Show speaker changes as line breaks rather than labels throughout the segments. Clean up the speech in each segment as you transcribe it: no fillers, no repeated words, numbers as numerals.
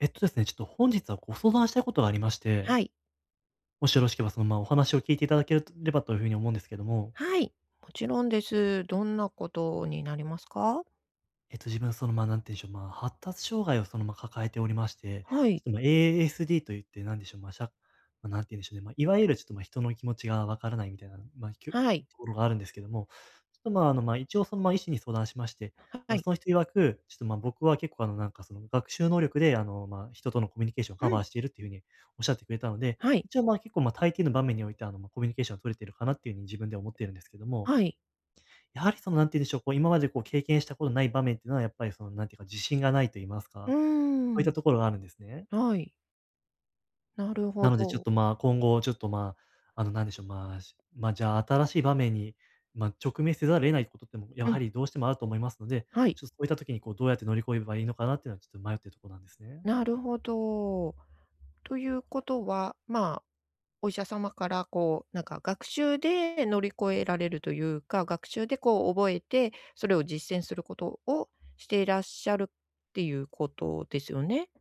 えっとですね、ちょっと本日はご相談したいことがありまして、
はい。
もしよろしければお話を聞いていただけるればというふうに思うんですけども。
はい。もちろんです。どんなことになりますか？
自分はその、まあ、なんていうんでしょう、まあ、発達障害を抱えておりまして、
は
ち
い。
ょっと、ま、ASD といって、なんでしょう、まあ、しゃまあ、なんて言うんでしょうね、まあ、いわゆるちょっと、ま、人の気持ちがわからないみたいな、
はい。
ところがあるんですけども、ちょっと、まあ、あの、まあ、一応医師に相談しまして、
はい。
その人曰く、ちょっと、ま、僕は結構、学習能力で、人とのコミュニケーションを
う
カバ
ん。
ーしているっていうふうにおっしゃってくれたので、
はい。
一応、ま、結構、大抵の場面において、コミュニケーションを取れているかなっていうふうに自分では思っているんですけども、
はい。
やはりその、なんて言うんでしょう、こう、今までこう経験したことない場面っていうのは、やっぱりその、なんていうか、自信がないと言います
う
か、
ー
そういった
ん。
ところがあるんですね。
はい。なる
な
ほ
のでちょっ
ど。
と、まあ、今後ちょっと、まあ、あの、なんでしょう、まあ、しまあ、じゃあ、新しい場面に、直面せざるを得ないことっても、や
う
は
ん。
りどうしてもあると思いますので、
はい。
ちょっとそういった時にこう、どうやって乗り越えればいいのかなっていうのは、ちょっと迷ってるところなんですね。
なるほど。ということは、お医者様からこう、なんか学習で乗り越えられるというか、学習でこう覚えて、それを実践することをしていらっしゃるっていうことですよね？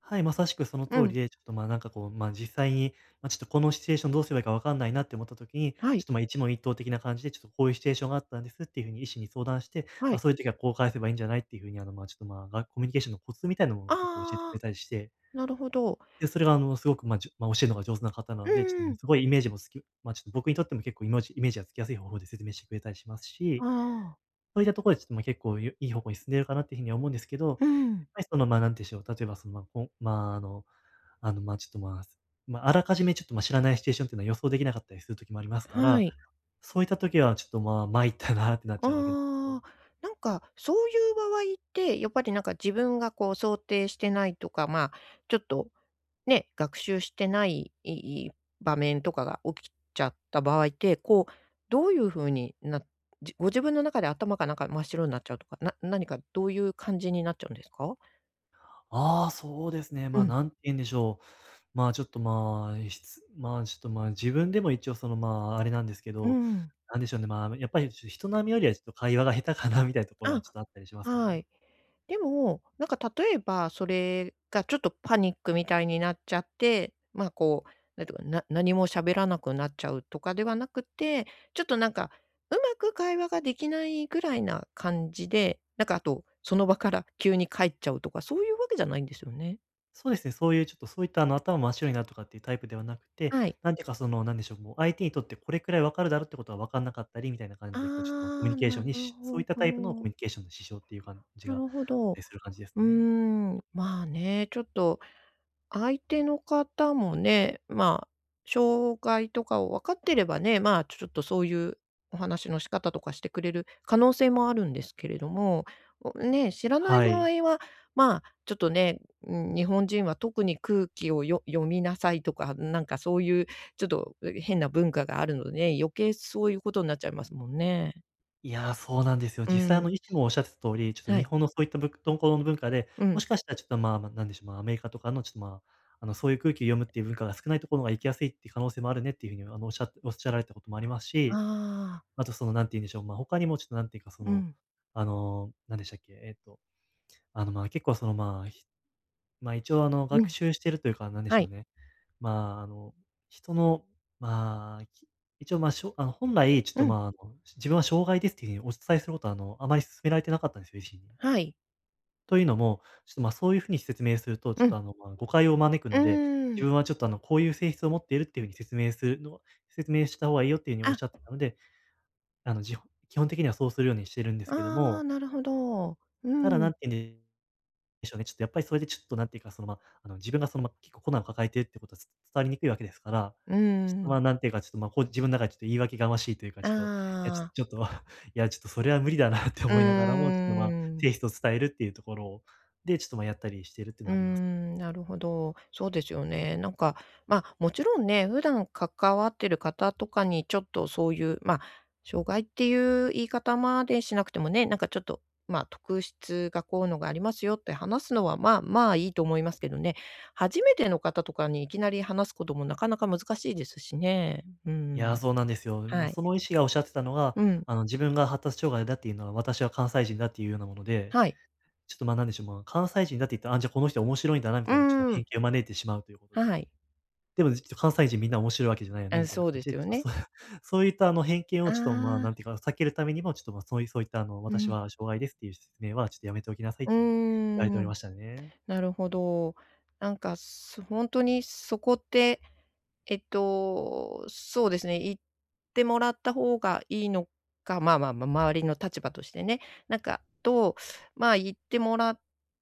はい、まさしくその通
う
り
ん。
で、ちょっと、ま、なんかこう、ま、実際に、ちょっとこのシチュエーションどうすればいいか分かんないなって思った時に、
は
ちょっ
い。
と、ま、一問一答的な感じで、ちょっとこういうシチュエーションがあったんですっていうふうに医師に相談して、
は
あ、
い。
そういう時はこう返せばいいんじゃないっていうふうに、あの、ま、ちょっと、ま、がコミュニケーションのコツみたいなものを結構教えてく
あ
れ
あ。
たりして、
なるほど。
で、それが、すごく、ま、じゅま、教えるのが上手な方な
う
ので、ちょっ
んう
と、
ん。
すごいイメージもつきま、ちょっと僕にとっても結構イメージがつきやすい方法で説明してくれたりします
あ
し、
あ。
そういったところでちょっと、ま、結構、いい方向に進んでるかなっていうふうには思うんですけど、やっ
うん。
ぱりその、まあ、なんて言うんでしょう、例えばその、まあ、こんまあ、あのあの、まあ、ちょっと、まあ、まあ、あらかじめちょっと、ま、知らないシチュエーションっていうのは予想できなかったりする時もありますか
は
ら、
い。
そういった時はちょっと、まあ、参ったなってなっちゃうわけなんですよ。
ああ、なんかそういう場合って、やっぱりなんか自分がこう想定してないとか、まあ、ちょっとね、学習してない場面とかが起きちゃった場合って、こう、どういう風にご自分の中で頭がなんか真っ白になっちゃうとか、何かどういう感じになっちゃうんですか？
ああ、そうですね。ま
う
あ、
ん、
なんて言うんでしょう。まあ、ちょっと、まあ、しつまあ、ちょっと、まあ、自分でも一応その、まあ、あれなんですけ
う
ど、
ん。
なんでしょうね、まあ、やっぱりちょっと人並みよりはちょっと会話が下手かなみたいなところは
あ、
ちょっとあったりします
は
ね。
い。でも、なんか例えば、それがちょっとパニックみたいになっちゃって、なんていうか、何も喋らなくなっちゃうとかではなくて、ちょっとなんか、うまく会話ができないぐらいな感じで、なんかあと、その場から急に帰っちゃうとか、そういうわけじゃないんですよね。
そうですね、そういうちょっとそういった頭真っ白になるとかっていうタイプではなくて、
はい。
なんていうかその、なんでしょう、もう相手にとってこれくらいわかるだろうってことはわかんなかったりみたいな感
あ
じで、こうちょっとま、コミュニ
あ、
ケーショ
な
ンに
る
しそうい
ほ
ったタイプのコミ
ど。
ュニケーションの支障っていう感じ
な
があっ
るほ
た
ど。
りする感じです
うー
ね。
ん、まあね、ちょっと相手の方もね、障害とかを分かってればね、まあ、ちょっとそういうお話の仕方とかしてくれる可能性もあるんですけれども、おね、知らない
は
場
い。
合は、まあ、ちょっとね、うん、日本人は特に空気を読みなさいとか、なんかそういうちょっと変な文化があるのでね、余計そういうことになっちゃいますもんね。
いやー、そうなんですよ。
う
実際
ん、
医師もおっしゃってた通り、ちょっと
は
日
い。
本のそういったぶとこの文化で、
う
も
ん。
しかしたらちょっとまあ、ま、なんでしょう、まあ、アメリカとかのちょっとまあ、あのそういう空気を読むっていう文化が少ないところが行きやすいっていう可能性もあるねっていう風におっしゃられたこともありますし、
ああ、
あとその、なんて言うんでしょう、まあ、他にもちょっとなんていうか、そ
う
の、
ん、
あの、なんでしたっけ、えっと、あの、まあ、結構その、まあ、ひまあ、一応
う
学
ん、
習してるというか、なんでし
は
ょう
い。
ね。まあ、あの、人の、まあ、き一応、まあ、しょあの、本来ちょっ
う
と、
ん。
まあ、あの、自分は障害ですっていうふうにお伝えすることは、あまり勧められてなかったんですよ、医師に。
はい。
というのも、ちょっと、まあ、そういうふうに説明すると、ちょ
う
っと、
ん、
あの、まあ、誤解を招く
う
ので、
ー
自
ん。
分はちょっと、あの、こういう性質を持っているっていうふうに説明するの説明した方がいいよっていうふうにおっしゃって
あ、
たので、あの、じほ基本的にはそうするようにしてるんですけど
あ
も、
あ、なるほど。う
ただ、なん
ん。
て言うんでしょうね、ちょっとやっぱりそれでちょっとなんていうか、その、ま、あの、自分が結構困難を抱えているってことは伝わりにくいわけですから、
う
ちょっと、
ん。
ま、なんていうか、ちょっと、ま、こう自分の中でちょっと言い訳がましいというか、ち
あ
ょっと、いや、ちょ
あ。
ちょっとそれは無理だなって
うー
思いながらも、ちょっと、ま、
ん。
テイストを伝えるっていうところを、で、ちょっと、ま、やったりしてるっていう
う
の
ー
はあります。
ん、なるほど。そうですよね。なんか、まあ、もちろんね、普段関わってる方とかにちょっとそういう、まあ、障害っていう言い方までしなくてもね、なんかちょっと、まあ、特質がこういうのがありますよって話すのは、まあまあいいと思いますけどね。初めての方とかにいきなり話すこともなかなか難しいですしね。う
いや、
ん。
そうなんですよ。
はい。
その医師がおっしゃってたのが、
うん。
自分が発達障害だっていうのは、私は関西人だっていうようなもので、
はい。
ちょっと、ま、なんでしょう、まあ、関西人だって言ったら、あ、じゃあこの人面白いんだなみ
う
たいなちょっと
ー
偏
ん。
見を招いてしまうということで、
はい。
でも、っと関西人みんな面白いわけじゃないよねみたいな
そう
感
で
じ
す
で、ち
よ
ょっと
ね。
そう そういった偏見を
あ
ちょっと、まあ、
あ、
なんていうか、避けるためにも、ちょっと、ま、そういうそういった
う
私
ん。
は障害ですっていう説明はちょっとやめておきなさいっ
う
ていうふうに言われてお
ー
り
ん。
ましたね。
なるほど。なんか、本当にそこって、えっと、そうですね、言ってもらった方がいいのか、まあまあ、ま、周りの立場としてね、なんか、と、まあ、言ってもらっ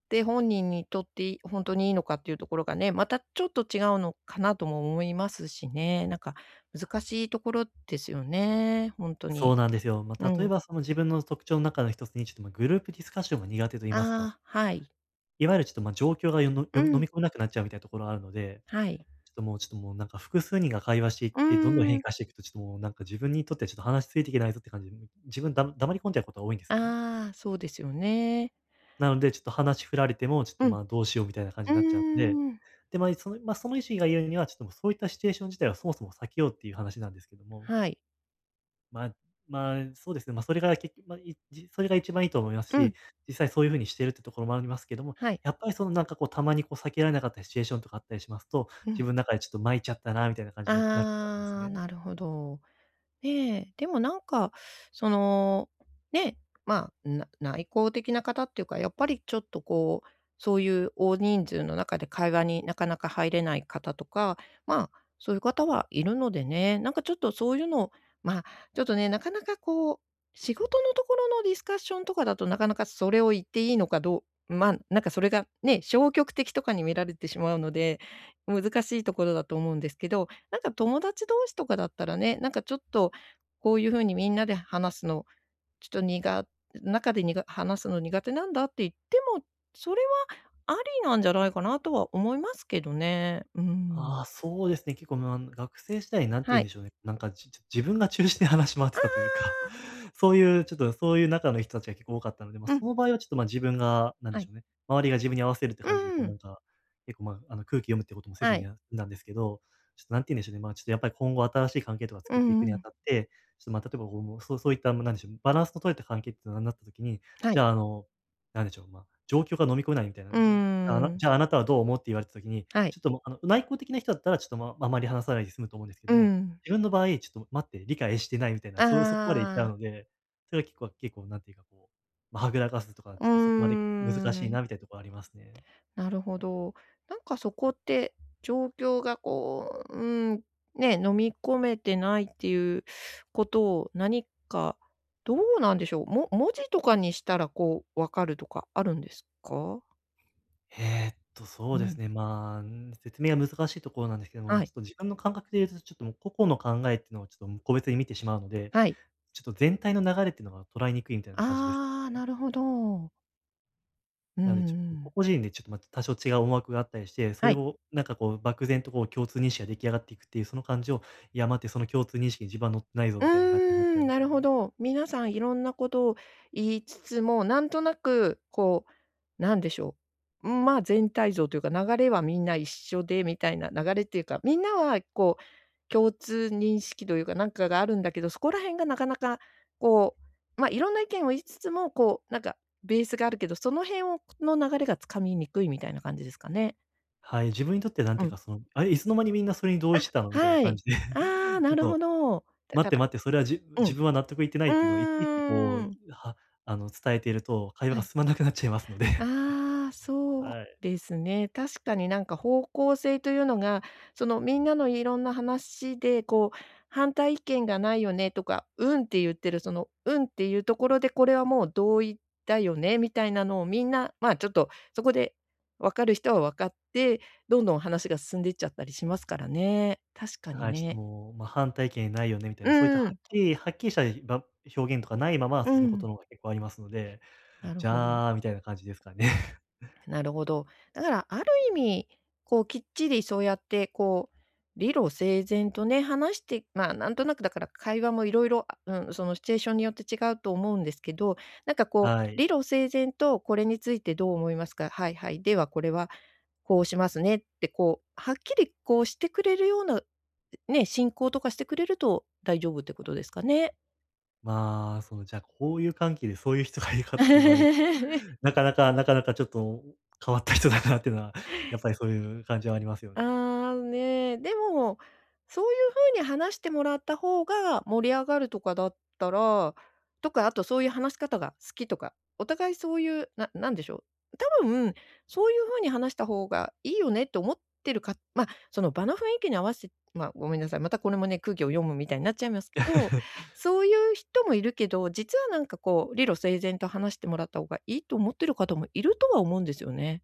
て本人にとって本当にいいのかっていうところがね、またちょっと違うのかなとも思いますしね。なんか難しいところですよね、本当
そ
に。
うなんですよ。ま
う
あ、例え
ん。
ばその自分の特徴の中の一つに、ちょっと、ま、グループディスカッションが苦手と言いますか、
ああ、はい。
いわゆるちょっと、ま、状況がよのよ
う
飲
ん、
み込めなくなっちゃうみたいなところがあるので、
はい。
ちょっともうなんか複数人が会話していっ
うー
て、どんどん変
ん。
化していくと、ちょっともうなんか自分にとってはちょっと話ついていけないぞって感じで、自分だ黙り込んじゃうことが多いんですね。
ああ、そうですよね。
なので、ちょっと話振られても、ちょっ
う
と
ん。
まあどうしようみたいな感じになっちゃうので、
うーん。
で、まあ、その、まあ、その意思が言うには、ちょっともうそういったシチュエーション自体はそもそも避けようっていう話なんですけども、
はい。
まあ、まあ、そうですね、まあ、それが結局、まあ、それが一番いいと思います
う
し、
ん。
実際そういうふうにしてるってところもありますけども、
はい。
やっぱりそのなんかこう、たまにこう避けられなかったシチュエーションとかあったりしますと、
う
自
ん。
分の中でちょっと巻いちゃったなみたいな感じになることがあるんです
ああ、
ね。
なるほど。ええ、でもなんか、その、ね、まあ、内向的な方っていうか、やっぱりちょっとこう、そういう大人数の中で会話になかなか入れない方とか、まあ、そういう方はいるのでね、なんかちょっとそういうの、まあ、ちょっとね、なかなかこう、仕事のところのディスカッションとかだとなかなかそれを言っていいのかどうまあ、なんかそれがね、消極的とかに見られてしまうので、難しいところだと思うんですけど、なんか友達同士とかだったらね、なんかちょっとこういう風にみんなで話すの、ちょっと苦中でにが話すの苦手なんだって言っても、それはありなんじゃないかなとは思いますけどね。うん。
ああ、そうですね。結構、まあ、学生時代、なんて言
は
うんで
い。
しょうね、なんか、自分が中心で話し回って
あ
たというか、
あ、
そういうちょっと、そういう中の人たちが結構多かったので、まあ、
う
そ
ん、
の場合はちょっと、ま、自分が、なんで
は
しょ
い。
うね、周りが自分に合わせるって感じで、こ
う
うな
ん、
んか、結構、まあ、あの、空気読むってこともせず
は
に
い。
やなんですけど、ちょっとなんて言うんでしょうね、まあ、ちょっとやっぱり今後新しい関係とか
う
作ってい
ん
く
う
にあ
ん。
たって、ちょっと、まあ、例えば、こう、もう、そういった、ま、なんでしょう、バランスの取れた関係ってなった時に、
は
じ
い。
ゃあ、あの、なんでしょう、まあ、状況が飲み込めないみたいな、
うー
じゃあ、
ん。
あなたはどう思うって言われた時に、
はい。
ちょっともう、あの、内向的な人だったら、ちょっと、まああまり話さないで済むと思うんですけど
う
も、
ん。
自分の場合、ちょっと待って、理解してないみたいな、そこまで行っち
あ
ゃう
あ、
ので、それが結構なんていうかこう、まあ、はぐらかすとか、ち
う
ょっとそこまで
ー
難しい
ん。
なみたいなところありますね。
なるほど。なんかそこって、状況がこう、うん、ね、飲み込めてないっていうことを、何か、どうなんでしょう。文字とかにしたら、こう、分かるとかあるんですか？
えーっと、そう
う
です
ん。
ね、まあ、説明が難しいところなんですけども、
は
ちょっ
い。
と自分の感覚で言うと、ちょっともう個々の考えっていうのをちょっと個別に見てしまうので、
はい。
ちょっと全体の流れっていうのが捉えにくいみたいな感じです。
ああ、なるほど。うん
なので、ちょっ
う
と
ん。
個々人でちょっとまた多少違う思惑があったりして、そ
は
れ
い。
をなんかこう漠然とこう共通認識が出来上がっていくっていうその感じを、いや待って、その共通認識に自分は乗ってないぞ
うー
みたいな感じになっちゃう
ん、
み
な
たい
る
な。
ほど。皆さんいろんなことを言いつつも、なんとなくこう、なんでしょう、ん、まあ、全体像というか、流れはみんな一緒でみたいな、流れっていうか、みんなはこう、共通認識というか、なんかがあるんだけど、そこら辺がなかなかこう、ま、あいろんな意見を言いつつも、こう、なんかベースがあるけど、その辺の流れがつかみにくいみたいな感じですかね？
はい、自分にとってなん
う
ていう
ん。
かその、あれ、いつの間にみんなそれに同意
あ、
してたのみたいな
は
感
い。
じで
ああ、
ちょ
な
っ
るほ
と、
ど。だ
待っ
か
て
ら、
待って、それは
う
自
ん。
分は納得いってないっていうのをいちいち
うー
こ
ん。
う、あの伝えていると、会話
は
が
い。
進まなくなっちゃいますので
ああ、そう
はい。
ですね。確かになんか方向性というのが、そのみんなのいろんな話で、こう、反対意見がないよねとか、うんって言ってる、その、うんっていうところで、これはもう同意だよねみたいなのをみんな、まあちょっとそこで分かる人は分かって、どんどん話が進んでいっちゃったりしますからね。確かに
はい、ちょっと
ね。
もう、まあ、反対意見ないよねみたいな、そういった
う
はっ
ん、
きりはっきりした表現とかないまま
う
進むこと
ん。
の方が結構ありますので。
なる
じ
ほど。
ゃあ、みたいな感じですかね。
なるほど。だからある意味、こうきっちりそうやってこう、理路整然とね、話して、まあ、なんとなくだから会話もいろいろ、あ、うん、そのシチュエーションによって違うと思うんですけど、なんかこう、
はい。
理路整然とこれについてどう思いますか？はいはい、ではこれはこうしますねってこう、はっきりこうしてくれるような、ね、進行とかしてくれると大丈夫ってことですかね？
まあ、その、じゃあ、こういう関係でそういう人がいるかと言われる なかなかちょっと変わった人だなっていうのは、やっぱりそういう感じはありますよね。
ああ、ね、でも、そういう風に話してもらった方が盛り上がるとかだったらとか、あとそういう話し方が好きとか、お互いそういう、なんでしょう、多分そういう風に話した方がいいよねって思ってるか、まあ、その場の雰囲気に合わせてまあ、ごめんなさい、またこれもね、空気を読むみたいになっちゃいますけど、そういう人もいるけど、実はなんかこう、理路整然と話してもらった方がいいと思ってる方もいるとは思うんですよね。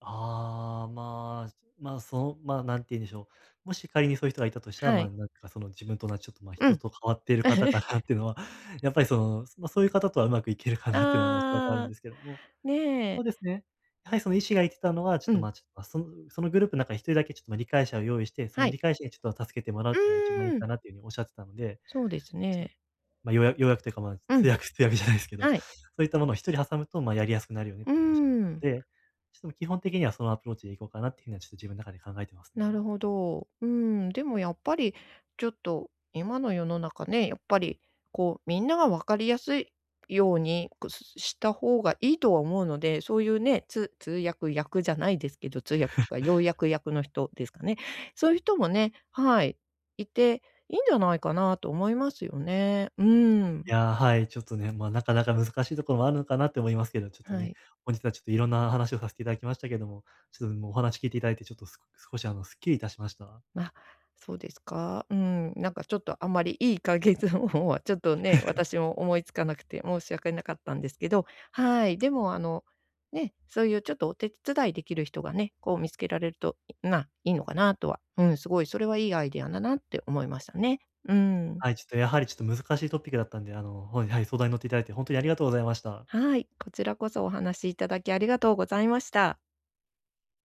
ああ、まあ、まあ、その、まあ、なんて言うんでしょう。もし仮にそういう人がいたとしたら、
は
まあ、
い。
なんかその自分とちょっと、まあ、
う
人
ん。
と変わっている方か なっていうのは、やっぱりその、まあ、そういう方とはうまくいけるかなっていうのはおそらくあるん
あ
で
あ、
すけども、
ね
そ
え。
うですね。やはりその医師が言ってたのは、ちょっ
う
と、
ん、
まあ、ちょっと、ま、そのグループの中に一人だけちょっと、ま、理解者を用意して、その
はい。
理解者にちょっと助けてもらうっ
う
ていうのが一番いい
ーん、
かなっていう風におっしゃってたので、
そうです
ちょっと、
ね。
まあ、要約要約というか、まあ、
う
通
ん、
訳通訳じゃないですけど、
はい。
そういったものを一人挟むと、まあ、やりやすくなるよねっ
う
て
ー
いう風におっしゃって
ん、
たので、ちょっともう基本的にはそのアプローチでいこうかなっていう風には、ちょっと自分の中で考えてます
なる
ね。
ほど。うーん、でもやっぱりちょっと今の世の中ね、やっぱりこうみんなが分かりやすいように、した方がいいとは思うので、そういうね、通訳役じゃないですけど、通訳とか要約役の人ですかね。そういう人もね、はい、いていいんじゃないかなと思いますよね。うーん、
いや、はい、ちょっとね、まあ、なかなか難しいところもあるのかなって思いますけど、ちょっと
は
ね、
い。
本日はちょっといろんな話をさせていただきましたけども、ちょっともうお話聞いていただいて、ちょっと少しあの、すっきりいたしました。
ま、そうですか。うん、なんかちょっとあんまりいい解決方法はちょっとね、私も思いつかなくて申し訳なかったんですけど、はい、でもあの、ね、そういうちょっとお手伝いできる人がね、こう見つけられると、いいのかなとは、うん、すごいそれはいいアイデアだなって思いましたね。うん。
はい、ちょっとやはりちょっと難しいトピックだったんで、あの、はいはい、相談に乗っていただいて、本当にありがとうございました。
はい、こちらこそお話しいただきありがとうございました。